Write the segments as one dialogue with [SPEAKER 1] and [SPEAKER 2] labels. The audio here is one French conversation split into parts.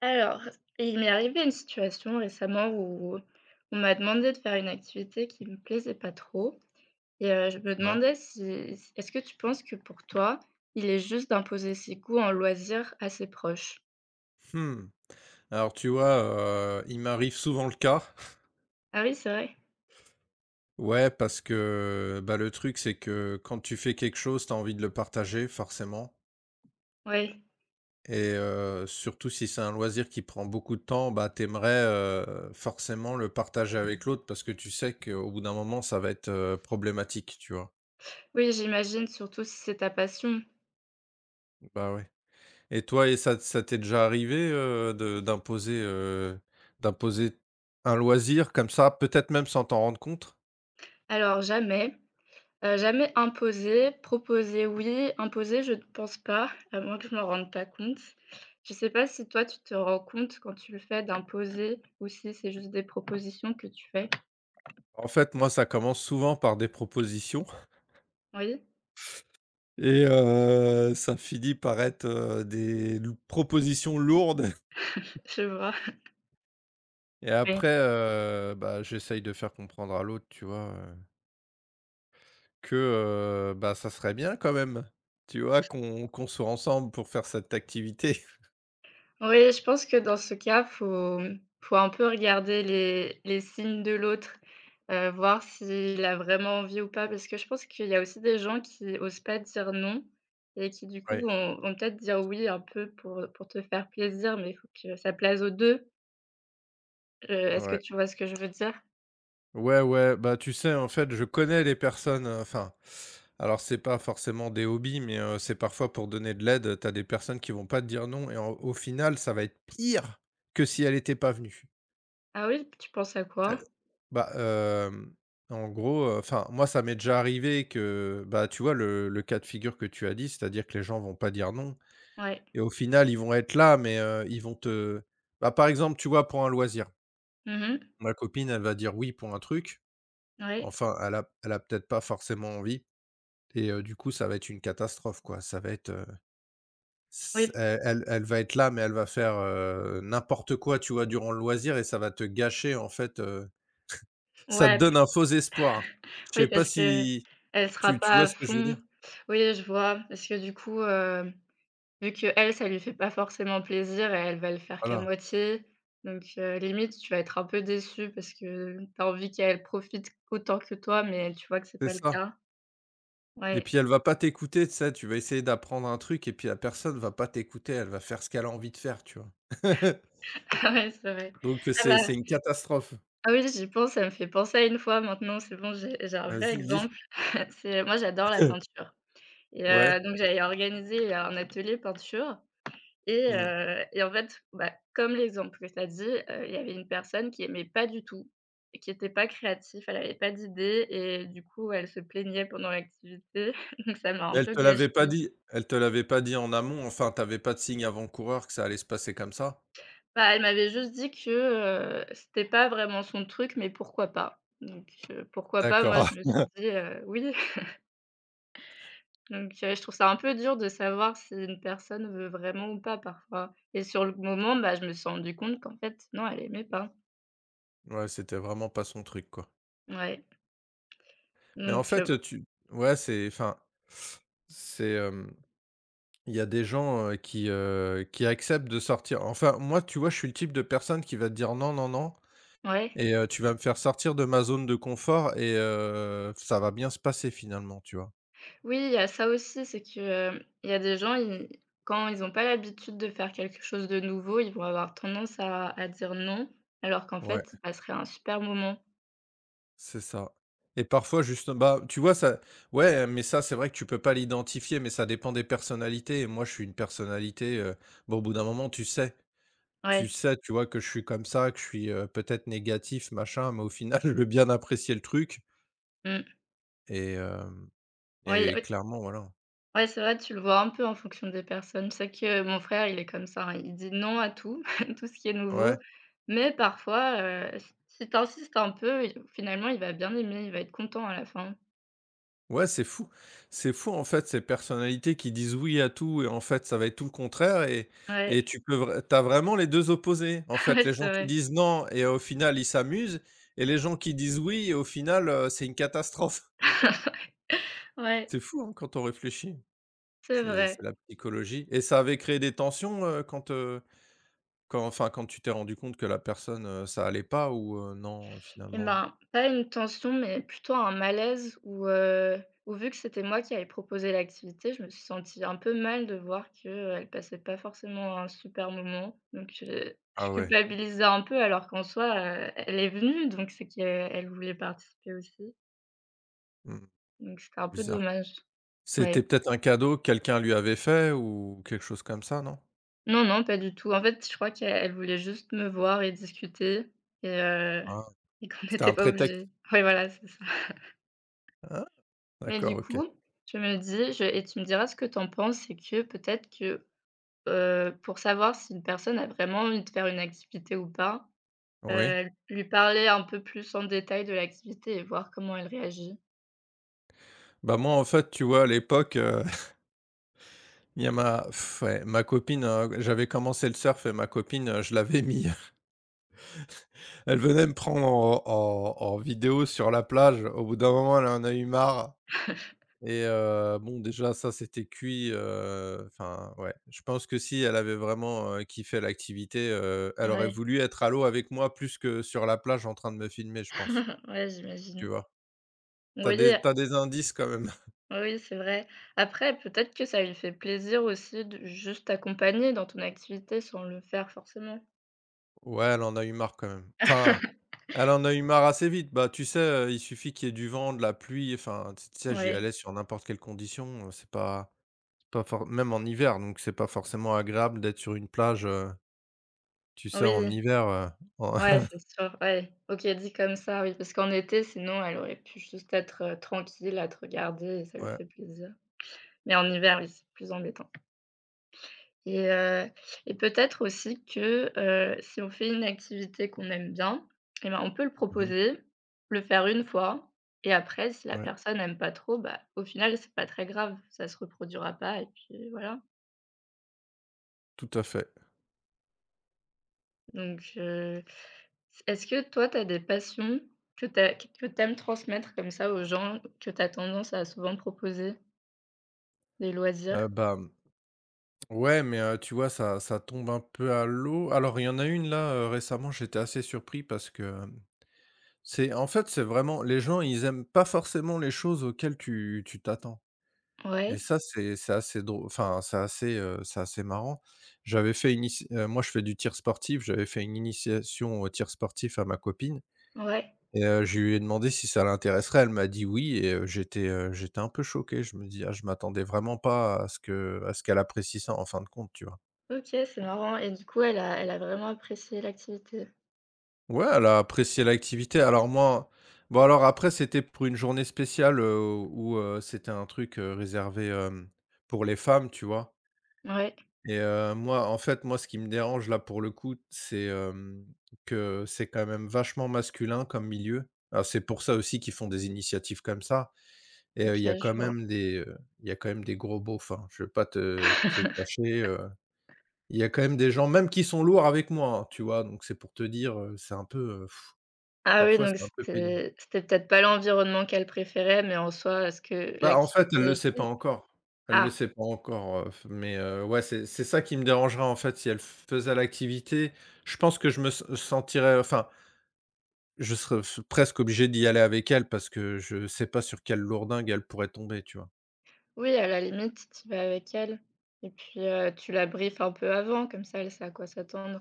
[SPEAKER 1] Alors, il m'est arrivé une situation récemment où on m'a demandé de faire une activité qui me plaisait pas trop et je me
[SPEAKER 2] Ouais.
[SPEAKER 1] demandais si est-ce que tu penses que pour toi, il est juste d'imposer ses goûts en loisir à ses proches?
[SPEAKER 2] Mmh. Alors tu vois, il m'arrive souvent le cas.
[SPEAKER 1] Ah oui, c'est vrai?
[SPEAKER 2] Ouais, parce que, bah, le truc, c'est que quand tu fais quelque chose, tu as envie de le partager forcément
[SPEAKER 1] Oui.
[SPEAKER 2] et surtout si c'est un loisir qui prend beaucoup de temps, bah, t'aimerais forcément le partager avec l'autre parce que tu sais qu'au bout d'un moment, ça va être, problématique, tu vois?
[SPEAKER 1] Oui, j'imagine, surtout si c'est ta passion.
[SPEAKER 2] Bah, ouais. Et toi, et ça ça t'est déjà arrivé, d'imposer un loisir comme ça, peut-être même sans t'en rendre compte?
[SPEAKER 1] Alors jamais, jamais imposé, proposé oui, imposé je ne pense pas, à moins que je m'en rende pas compte. Je sais pas si toi tu te rends compte quand tu le fais d'imposer ou si c'est juste des propositions que tu fais?
[SPEAKER 2] En fait, moi, ça commence souvent par des propositions
[SPEAKER 1] Oui?
[SPEAKER 2] et ça finit par être, des lou propositions lourdes
[SPEAKER 1] Je vois,
[SPEAKER 2] et
[SPEAKER 1] oui.
[SPEAKER 2] après, bah, j'essaye de faire comprendre à l'autre, tu vois, que, bah, ça serait bien quand même, tu vois, qu'on soit ensemble pour faire cette activité.
[SPEAKER 1] Oui, je pense que dans ce cas, faut un peu regarder les signes de l'autre, voir s'il a vraiment envie ou pas. Parce que je pense qu'il y a aussi des gens qui osent pas dire non et qui du coup
[SPEAKER 2] Ouais,
[SPEAKER 1] vont peut-être dire oui un peu pour te faire plaisir, mais il faut que ça plaise aux 2. Est-ce que
[SPEAKER 2] ouais.
[SPEAKER 1] tu vois ce que je veux dire?
[SPEAKER 2] Ouais, ouais, bah, tu sais, en fait, je connais les personnes, enfin, alors c'est pas forcément des hobbies, mais c'est parfois pour donner de l'aide. T'as des personnes qui vont pas te dire non et en au final, ça va être pire que si elle était pas venue.
[SPEAKER 1] Ah oui? Tu penses à
[SPEAKER 2] Tu
[SPEAKER 1] quoi?
[SPEAKER 2] bah, hem, En gros, enfin, moi, ça m'est déjà arrivé que, bah, tu vois, le cas de figure que tu as dit, c'est-à-dire que les gens vont pas dire non
[SPEAKER 1] Ouais.
[SPEAKER 2] et au final, ils vont être là, mais ils vont te bah, par exemple, tu vois, pour un loisir,
[SPEAKER 1] Mhm. Mh.
[SPEAKER 2] ma copine, elle va dire oui pour un truc,
[SPEAKER 1] Ouais.
[SPEAKER 2] enfin, elle a peut-être pas forcément envie. Et du coup, ça va être une catastrophe, quoi. Ça va être, s
[SPEAKER 1] Oui.
[SPEAKER 2] elle elle elle va être là, mais elle va faire, n'importe quoi, tu vois, durant le loisir et ça va te gâcher, en fait, ça te
[SPEAKER 1] Ouais.
[SPEAKER 2] donne un faux espoir. Je
[SPEAKER 1] Oui,
[SPEAKER 2] sais pas
[SPEAKER 1] parce que
[SPEAKER 2] si
[SPEAKER 1] elle sera
[SPEAKER 2] tu
[SPEAKER 1] pas
[SPEAKER 2] vois
[SPEAKER 1] à
[SPEAKER 2] ce que je veux
[SPEAKER 1] fond.
[SPEAKER 2] dire?
[SPEAKER 1] Oui, je vois. Parce que du coup, vu que elle, ça lui fait pas forcément plaisir et elle va le faire qu'à
[SPEAKER 2] Voilà,
[SPEAKER 1] moitié, donc limite, tu vas être un peu déçu parce que tu as envie qu'elle profite autant que toi, mais tu vois que c'est
[SPEAKER 2] c'est
[SPEAKER 1] pas le
[SPEAKER 2] ça.
[SPEAKER 1] cas.
[SPEAKER 2] Et
[SPEAKER 1] Ouais,
[SPEAKER 2] puis elle va pas t'écouter, tu sais, tu vas essayer d'apprendre un truc et puis la personne va pas t'écouter, elle va faire ce qu'elle a envie de faire, tu vois?
[SPEAKER 1] ah ouais, c'est vrai.
[SPEAKER 2] Donc
[SPEAKER 1] Ah
[SPEAKER 2] c'est
[SPEAKER 1] bah,
[SPEAKER 2] c'est une catastrophe.
[SPEAKER 1] ah oui, j'y pense, ça me fait penser à une fois maintenant, c'est bon, j'ai un vrai
[SPEAKER 2] Vas-y, dis.
[SPEAKER 1] exemple. C'est moi, j'adore la peinture et
[SPEAKER 2] Ouais.
[SPEAKER 1] donc j'avais organisé un atelier peinture. Et
[SPEAKER 2] Mmh.
[SPEAKER 1] heu et en fait, bah, comme l'exemple que tu as dit, il y avait une personne qui aimait pas du tout et qui était pas créative, elle avait pas d'idées et du coup, elle se plaignait pendant l'activité, donc ça m'a
[SPEAKER 2] Mais
[SPEAKER 1] un
[SPEAKER 2] elle
[SPEAKER 1] peu
[SPEAKER 2] te
[SPEAKER 1] gâché.
[SPEAKER 2] l'avait pas dit, elle te l'avait pas dit en amont? Enfin, tu avais pas de signe avant coureur que ça allait se passer comme ça?
[SPEAKER 1] Bah, elle m'avait juste dit que c'était pas vraiment son truc, mais pourquoi pas? Donc pourquoi pas? Moi,
[SPEAKER 2] D'accord.
[SPEAKER 1] je me suis dit: «Oui». Donc je trouve ça un peu dur de savoir si une personne veut vraiment ou pas parfois et sur le moment, bah, je me suis rendu compte qu'en fait, non, elle aimait pas.
[SPEAKER 2] Ouais, c'était vraiment pas son truc, quoi.
[SPEAKER 1] Ouais,
[SPEAKER 2] Mais en
[SPEAKER 1] donc
[SPEAKER 2] fait, tu Ouais, c'est enfin, c'est, il y a des gens, qui acceptent de sortir. Enfin, moi, tu vois, je suis le type de personne qui va te dire: «Non, non, non»
[SPEAKER 1] ouais.
[SPEAKER 2] et tu vas me faire sortir de ma zone de confort et ça va bien se passer finalement, tu vois?
[SPEAKER 1] Oui, il y a ça aussi, c'est que, il y a des gens, ils quand ils n'ont pas l'habitude de faire quelque chose de nouveau, ils vont avoir tendance à dire non, alors qu'en
[SPEAKER 2] Ouais.
[SPEAKER 1] fait, ils passeraient un super moment.
[SPEAKER 2] C'est ça. Et parfois juste bah, tu vois ça Ouais, mais ça, c'est vrai que tu peux pas l'identifier, mais ça dépend des personnalités et moi, je suis une personnalité, bon, au bout d'un moment, tu sais. Tu
[SPEAKER 1] Ouais,
[SPEAKER 2] sais, tu vois que je suis comme ça, que je suis, peut-être négatif, machin, mais au final, je veux bien apprécier le truc
[SPEAKER 1] mmh,
[SPEAKER 2] et hem
[SPEAKER 1] oui,
[SPEAKER 2] et
[SPEAKER 1] oui,
[SPEAKER 2] clairement, voilà.
[SPEAKER 1] ouais, c'est vrai, tu le vois un peu en fonction des personnes. C'est que mon frère, il est comme ça, hein, il dit non à tout, tout ce qui est
[SPEAKER 2] Ouais.
[SPEAKER 1] nouveau, mais parfois, s si tu insistes un peu, il finalement, il va bien aimer, il va être content à la fin.
[SPEAKER 2] Ouais, c'est fou. C'est fou, en fait, ces personnalités qui disent oui à tout et en fait, ça va être tout le contraire et
[SPEAKER 1] Ouais,
[SPEAKER 2] tu peux vr tu vraiment les 2 opposés. En fait,
[SPEAKER 1] ouais,
[SPEAKER 2] les
[SPEAKER 1] c'est
[SPEAKER 2] gens qui
[SPEAKER 1] vrai.
[SPEAKER 2] disent non et au final, ils s'amusent, et les gens qui disent oui et au final, c'est une catastrophe.
[SPEAKER 1] Ouais,
[SPEAKER 2] C'est fou, hein, quand on réfléchit.
[SPEAKER 1] c'est
[SPEAKER 2] C'est
[SPEAKER 1] vrai.
[SPEAKER 2] la psychologie. Et ça avait créé des tensions, quand enfin, quand tu t'es rendu compte que la personne, ça allait pas ou, non,
[SPEAKER 1] Eh
[SPEAKER 2] finalement?
[SPEAKER 1] ben, pas une tension, mais plutôt un malaise où vu que c'était moi qui avais proposé l'activité, je me suis sentie un peu mal de voir qu'elle passait pas forcément un super moment. Donc,
[SPEAKER 2] Ah
[SPEAKER 1] je
[SPEAKER 2] ouais,
[SPEAKER 1] culpabilisais un peu alors qu'en soi, elle est venue, donc c'est qu'elle elle voulait participer aussi.
[SPEAKER 2] mmh,
[SPEAKER 1] Donc c'était un peu
[SPEAKER 2] bizarre.
[SPEAKER 1] dommage.
[SPEAKER 2] C'était
[SPEAKER 1] Ouais.
[SPEAKER 2] peut-être un cadeau que quelqu'un lui avait fait ou quelque chose comme ça, non?
[SPEAKER 1] Non, non, pas du tout. En fait, je crois qu'elle elle voulait juste me voir et discuter et heu,
[SPEAKER 2] Ah,
[SPEAKER 1] et qu'on
[SPEAKER 2] c'était un
[SPEAKER 1] n'était pas
[SPEAKER 2] prétexte?
[SPEAKER 1] obligés. Ouais, voilà, c'est ça.
[SPEAKER 2] Ah,
[SPEAKER 1] Mais
[SPEAKER 2] d'accord,
[SPEAKER 1] du
[SPEAKER 2] OK.
[SPEAKER 1] coup, je me dis je et tu me diras ce que tu en penses, c'est que peut-être que, pour savoir si une personne a vraiment envie de faire une activité ou pas,
[SPEAKER 2] Oui.
[SPEAKER 1] heu, lui parler un peu plus en détail de l'activité et voir comment elle réagit.
[SPEAKER 2] Bah, moi, en fait, tu vois, à l'époque, il y a ma pff, ouais, ma copine, j'avais commencé le surf et ma copine, je l'avais mis. Elle venait me prendre en vidéo sur la plage. Au bout d'un moment, elle en a eu marre et bon, déjà, ça, c'était cuit, enfin, ouais. Je pense que si elle avait vraiment, kiffé l'activité, elle aurait
[SPEAKER 1] Ouais,
[SPEAKER 2] voulu être à l'eau avec moi plus que sur la plage en train de me filmer, je pense,
[SPEAKER 1] ouais,
[SPEAKER 2] tu
[SPEAKER 1] j'imagine.
[SPEAKER 2] vois? T'as
[SPEAKER 1] Oui,
[SPEAKER 2] des t'as des indices quand même.
[SPEAKER 1] oui, c'est vrai. Après, peut-être que ça lui fait plaisir aussi de juste t'accompagner dans ton activité sans le faire forcément.
[SPEAKER 2] Ouais, elle en a eu marre quand même. Enfin, elle en a eu marre assez vite. Bah, tu sais, il suffit qu'il y ait du vent, de la pluie, enfin, tu sais, j'y
[SPEAKER 1] Oui,
[SPEAKER 2] allais sur n'importe quelles conditions, c'est pas for même en hiver, donc c'est pas forcément agréable d'être sur une plage, tu sais, en
[SPEAKER 1] oui.
[SPEAKER 2] hiver, en
[SPEAKER 1] Ouais, c'est sûr, ouais. OK, dit comme ça, oui, parce qu'en été, sinon, elle aurait pu juste être, tranquille à te regarder et ça lui
[SPEAKER 2] ouais,
[SPEAKER 1] fait plaisir. Mais en hiver, oui, c'est plus embêtant et heu et peut-être aussi que, si on fait une activité qu'on aime bien et ben, on peut le
[SPEAKER 2] mmh,
[SPEAKER 1] proposer, le faire une fois et après si la
[SPEAKER 2] ouais,
[SPEAKER 1] personne n'aime pas trop, bah, au final, c'est pas très grave, ça se reproduira pas et puis voilà.
[SPEAKER 2] tout à fait.
[SPEAKER 1] Donc, est-ce que toi, tu as des passions que t'as, que t'aimes transmettre comme ça aux gens, que tu as tendance à souvent proposer? Des
[SPEAKER 2] Heu,
[SPEAKER 1] loisirs?
[SPEAKER 2] bah, mmh, ouais, mais tu vois, ça tombe un peu à l'eau. Alors il y en a une là, récemment, j'étais assez surpris parce que, hem, c'est en fait, c'est vraiment les gens, ils aiment pas forcément les choses auxquelles tu t'attends. Et
[SPEAKER 1] Ouais,
[SPEAKER 2] ça, c'est assez drôle, enfin, c'est assez marrant. J'avais fait une ici Moi, je fais du tir sportif, j'avais fait une initiation au tir sportif à ma copine
[SPEAKER 1] ouais.
[SPEAKER 2] et je lui ai demandé si ça l'intéresserait. Elle m'a dit oui et j'étais un peu choqué. Je me dis: «Ah, je m'attendais vraiment pas à ce que à ce qu'elle apprécie ça en fin de compte», tu vois?
[SPEAKER 1] OK, c'est marrant et du coup, elle a vraiment apprécié l'activité?
[SPEAKER 2] Ouais, elle a apprécié l'activité. Alors moi bon, alors Après, c'était pour une journée spéciale, où, c'était un truc, réservé, pour les femmes, tu vois?
[SPEAKER 1] Ouais,
[SPEAKER 2] Et moi, ce qui me dérange, là, pour le coup, c'est, que c'est quand même vachement masculin comme milieu. Alors, c'est pour ça aussi qu'ils font des initiatives comme ça et
[SPEAKER 1] OK, je vois.
[SPEAKER 2] il y a quand même des gros beaufs, hein, je vais pas te le cacher, il y a quand même des gens, même qui sont lourds avec moi, hein, tu vois? Donc c'est pour te dire,
[SPEAKER 1] Ah oui,
[SPEAKER 2] parfois,
[SPEAKER 1] donc
[SPEAKER 2] c'est un peu pénible.
[SPEAKER 1] c'était peut-être pas l'environnement qu'elle préférait, mais en soi, est-ce que
[SPEAKER 2] Bah, en fait, elle
[SPEAKER 1] l'activité
[SPEAKER 2] le sait pas
[SPEAKER 1] était
[SPEAKER 2] encore. Elle le
[SPEAKER 1] ah!
[SPEAKER 2] sait pas encore, f mais ouais, c'est ça qui me dérangerait, en fait, si elle faisait l'activité, je pense que je me se sentirais enfin, je serais f presque obligé d'y aller avec elle parce que je sais pas sur quelle lourdingue elle pourrait tomber, tu vois?
[SPEAKER 1] Oui, à la limite, tu vas avec elle et puis, tu la briefes un peu avant, comme ça, elle sait à quoi s'attendre.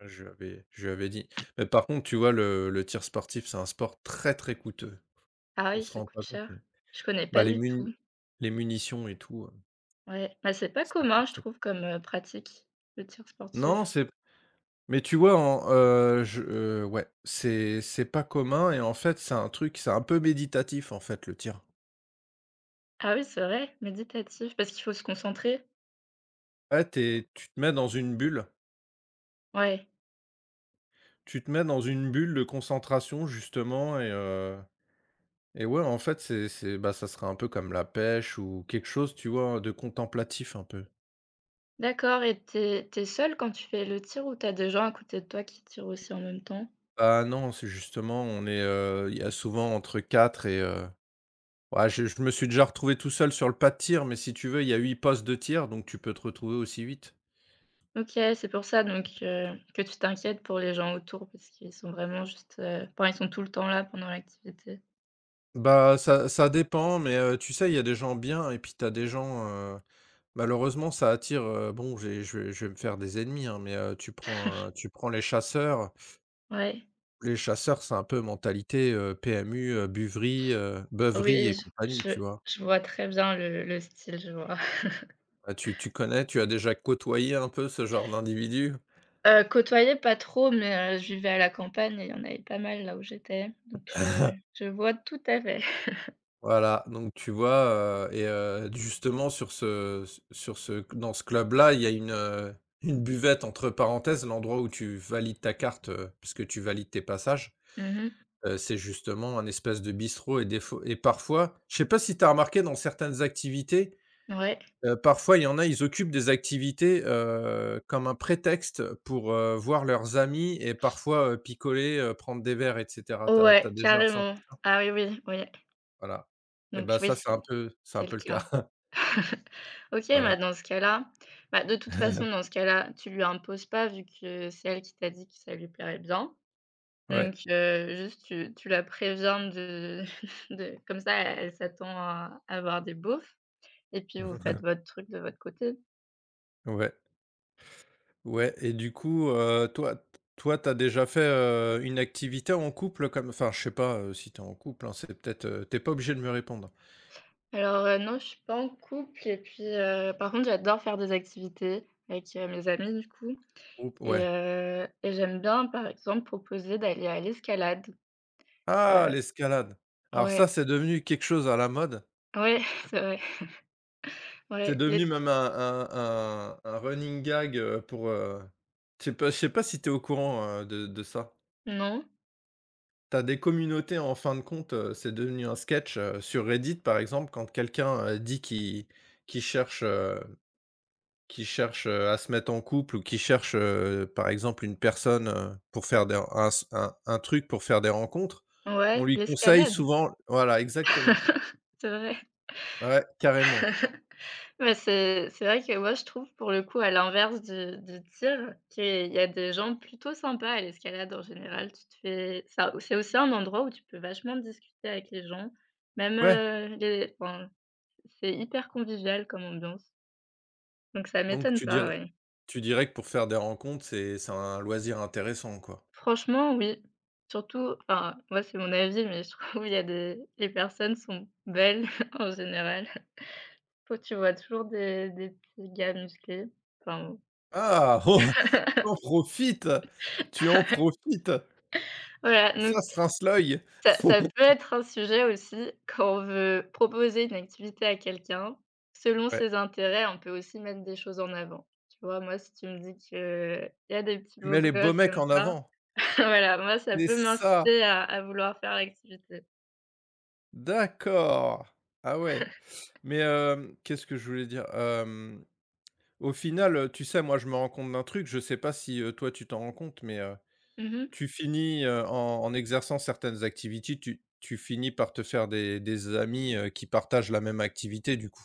[SPEAKER 2] Je lui avais dit. Mais par contre, tu vois, le tir sportif, c'est un sport très, très coûteux.
[SPEAKER 1] Ah
[SPEAKER 2] On
[SPEAKER 1] oui,
[SPEAKER 2] se
[SPEAKER 1] ça
[SPEAKER 2] rend
[SPEAKER 1] coûte
[SPEAKER 2] pas compte,
[SPEAKER 1] cher.
[SPEAKER 2] mais
[SPEAKER 1] Je connais
[SPEAKER 2] bah,
[SPEAKER 1] pas du tout.
[SPEAKER 2] les munitions et tout,
[SPEAKER 1] Ouais, bah, c'est pas commun, je
[SPEAKER 2] ça coûte.
[SPEAKER 1] trouve, comme, pratique, le tir
[SPEAKER 2] Non,
[SPEAKER 1] sportif.
[SPEAKER 2] c'est Mais Tu vois, en je ouais, c'est pas commun et en fait, c'est un truc, c'est un peu méditatif, en fait, le tir.
[SPEAKER 1] Ah oui, c'est vrai, méditatif, parce qu'il faut se concentrer?
[SPEAKER 2] Ouais, tu te mets dans une bulle,
[SPEAKER 1] Ouais,
[SPEAKER 2] tu te mets dans une bulle de concentration justement et ouais, en fait, ça serait un peu comme la pêche ou quelque chose, tu vois, de contemplatif un peu.
[SPEAKER 1] d'accord et t'es t'es tu seule quand tu fais le tir ou t'as des gens à côté de toi qui tirent aussi en même temps?
[SPEAKER 2] Ah non, c'est justement, on est, il y a souvent entre 4 et ouais, je me suis déjà retrouvé tout seul sur le pas de tir, mais si tu veux, il y a 8 postes de tir, donc tu peux te retrouver aussi vite.
[SPEAKER 1] OK, c'est pour ça donc que tu t'inquiètes pour les gens autour parce qu'ils sont vraiment juste, enfin, ils sont tout le temps là pendant l'activité.
[SPEAKER 2] Bah, ça ça dépend, mais tu sais, il y a des gens bien et puis t'as des gens, malheureusement, ça attire, bon, j'ai je vais me faire des ennemis, hein, mais tu prends les chasseurs.
[SPEAKER 1] Ouais.
[SPEAKER 2] Les chasseurs, c'est un peu mentalité, PMU, beuverie
[SPEAKER 1] Oui,
[SPEAKER 2] et compagnie, tu
[SPEAKER 1] je
[SPEAKER 2] vois?
[SPEAKER 1] je vois très bien le style, je vois.
[SPEAKER 2] Tu connais? Tu as déjà côtoyé un peu ce genre d'individu?
[SPEAKER 1] Côtoyer pas trop, mais je vivais à la campagne et il y en avait pas mal là où j'étais, donc je vois tout à fait.
[SPEAKER 2] Voilà, donc tu vois, justement sur ce dans ce club-là, il y a une buvette entre parenthèses, l'endroit où tu valides ta carte, puisque tu valides tes passages,
[SPEAKER 1] Mmh mh.
[SPEAKER 2] c'est justement un espèce de bistrot. Et des fois et Parfois, je sais pas si tu as remarqué, dans certaines activités,
[SPEAKER 1] Ouais.
[SPEAKER 2] parfois il y en a, ils occupent des activités, comme un prétexte pour, voir leurs amis et parfois, picoler, prendre des verres et cetera. Tu as
[SPEAKER 1] Ouais,
[SPEAKER 2] déjà ressenti?
[SPEAKER 1] carrément. Ah oui, oui, oui.
[SPEAKER 2] Voilà, et
[SPEAKER 1] Donc
[SPEAKER 2] ben
[SPEAKER 1] oui,
[SPEAKER 2] ça, c'est un
[SPEAKER 1] c'est
[SPEAKER 2] peu c'est un
[SPEAKER 1] c'est le
[SPEAKER 2] peu le cas.
[SPEAKER 1] cas. OK, bah,
[SPEAKER 2] Voilà.
[SPEAKER 1] dans ce cas-là, bah, de toute façon, dans ce cas-là, tu lui imposes pas vu que c'est elle qui t'a dit que ça lui plairait bien.
[SPEAKER 2] Ouais.
[SPEAKER 1] Donc juste tu la préviens de de comme ça, elle s'attend à voir des beaufs et puis vous faites votre truc de votre côté.
[SPEAKER 2] Ouais, ouais, et du coup, toi, t'as déjà fait, une activité en couple, comme enfin, je sais pas, si t'es en couple, hein, c'est peut-être, tu pas obligé de me répondre.
[SPEAKER 1] Alors, non, je suis pas en couple et puis, par contre, j'adore faire des activités avec, mes amis, du coup
[SPEAKER 2] Groupe.
[SPEAKER 1] et
[SPEAKER 2] Ouais.
[SPEAKER 1] heu et j'aime bien, par exemple, proposer d'aller à l'escalade. Heu,
[SPEAKER 2] Ah, l'escalade! Alors ça,
[SPEAKER 1] ouais,
[SPEAKER 2] c'est devenu quelque chose à la mode.
[SPEAKER 1] ouais, c'est vrai,
[SPEAKER 2] C'est
[SPEAKER 1] ouais,
[SPEAKER 2] devenu
[SPEAKER 1] l'es
[SPEAKER 2] même un running gag, je sais pas si t'es au courant, de ça?
[SPEAKER 1] non?
[SPEAKER 2] T'as des communautés en fin de compte, c'est devenu un sketch, sur Reddit, par exemple, quand quelqu'un, dit qu'il cherche, heu qui cherchent, à se mettre en couple, ou qui cherchent, par exemple, une personne, pour faire des un truc pour faire des rencontres, on
[SPEAKER 1] Ouais,
[SPEAKER 2] lui conseille
[SPEAKER 1] l'escalade,
[SPEAKER 2] souvent, voilà, exactement.
[SPEAKER 1] c'est vrai.
[SPEAKER 2] Ouais, carrément.
[SPEAKER 1] Ouais, c'est vrai que moi, je trouve pour le coup, à l'inverse du tir, qu'il y a des gens plutôt sympas à l'escalade en général. Tu te fais ça c'est aussi un endroit où tu peux vachement discuter avec les gens, même,
[SPEAKER 2] Ouais,
[SPEAKER 1] les enfin, c'est hyper convivial comme ambiance, donc ça
[SPEAKER 2] donc
[SPEAKER 1] m'étonne
[SPEAKER 2] tu
[SPEAKER 1] pas,
[SPEAKER 2] dirais
[SPEAKER 1] oui.
[SPEAKER 2] tu dirais que pour faire des rencontres, c'est un loisir intéressant, quoi.
[SPEAKER 1] Franchement, oui, surtout enfin, moi, c'est mon avis, mais je trouve il y a des les personnes sont belles en général. Faut que tu vois toujours des petits gars musclés, enfin, bon.
[SPEAKER 2] Ah! Oh! Tu en profites! Tu en profites!
[SPEAKER 1] Voilà,
[SPEAKER 2] Ça
[SPEAKER 1] donc
[SPEAKER 2] se rince l'œil!
[SPEAKER 1] ça peut être un sujet aussi quand on veut proposer une activité à quelqu'un. Selon
[SPEAKER 2] Ouais,
[SPEAKER 1] ses intérêts, on peut aussi mettre des choses en avant. Tu vois? Moi, si tu me dis qu'il y a des petits
[SPEAKER 2] tu
[SPEAKER 1] beaux
[SPEAKER 2] mets les beaux
[SPEAKER 1] gosses
[SPEAKER 2] mecs
[SPEAKER 1] comme
[SPEAKER 2] en
[SPEAKER 1] ça,
[SPEAKER 2] avant.
[SPEAKER 1] voilà, moi, ça
[SPEAKER 2] C'est
[SPEAKER 1] peut
[SPEAKER 2] ça!
[SPEAKER 1] m'inciter à vouloir faire l'activité.
[SPEAKER 2] D'accord! Ah ouais. Mais, qu'est-ce que je voulais dire? Au final, tu sais, moi, je me rends compte d'un truc, je sais pas si, toi, tu t'en rends compte, mais,
[SPEAKER 1] Mmh.
[SPEAKER 2] tu finis, en exerçant certaines activités, tu finis par te faire des amis, qui partagent la même activité, du coup.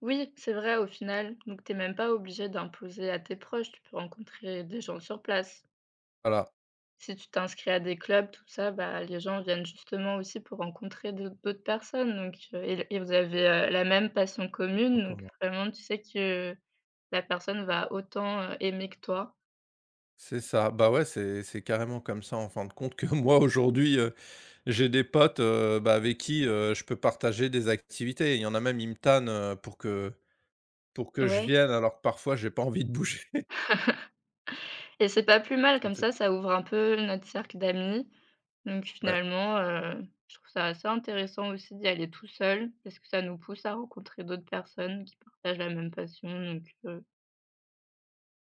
[SPEAKER 1] Oui, c'est vrai au final, donc t'es même pas obligé d'imposer à tes proches, tu peux rencontrer des gens sur place.
[SPEAKER 2] Voilà,
[SPEAKER 1] Si tu t'inscris à des clubs, tout ça, bah, les gens viennent justement aussi pour rencontrer de d'autres personnes, donc et vous avez, la même passion
[SPEAKER 2] des points
[SPEAKER 1] commune, donc
[SPEAKER 2] communs.
[SPEAKER 1] vraiment, tu sais que la personne va autant, aimer que toi.
[SPEAKER 2] C'est ça. Bah, ouais, c'est carrément comme ça, en fin de compte, que moi, aujourd'hui, j'ai des potes, bah, avec qui, je peux partager des activités. Il y en a même, ils me tannent, pour que je
[SPEAKER 1] Ouais
[SPEAKER 2] vienne alors que parfois j'ai pas envie de bouger.
[SPEAKER 1] et c'est pas plus mal, comme ça ouvre un peu notre cercle d'amis, donc
[SPEAKER 2] Ouais,
[SPEAKER 1] finalement, je trouve ça assez intéressant aussi d'y aller tout seul parce que ça nous pousse à rencontrer d'autres personnes qui partagent la même passion, donc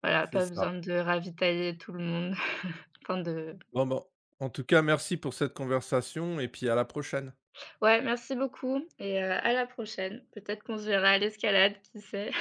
[SPEAKER 1] voilà,
[SPEAKER 2] c'est
[SPEAKER 1] pas
[SPEAKER 2] ça.
[SPEAKER 1] besoin de ravitailler tout le monde, enfin de
[SPEAKER 2] Bon, bon, en tout cas merci pour cette conversation et puis à la prochaine.
[SPEAKER 1] Ouais, merci beaucoup et à la prochaine. Peut-être qu'on se verra à l'escalade, qui sait?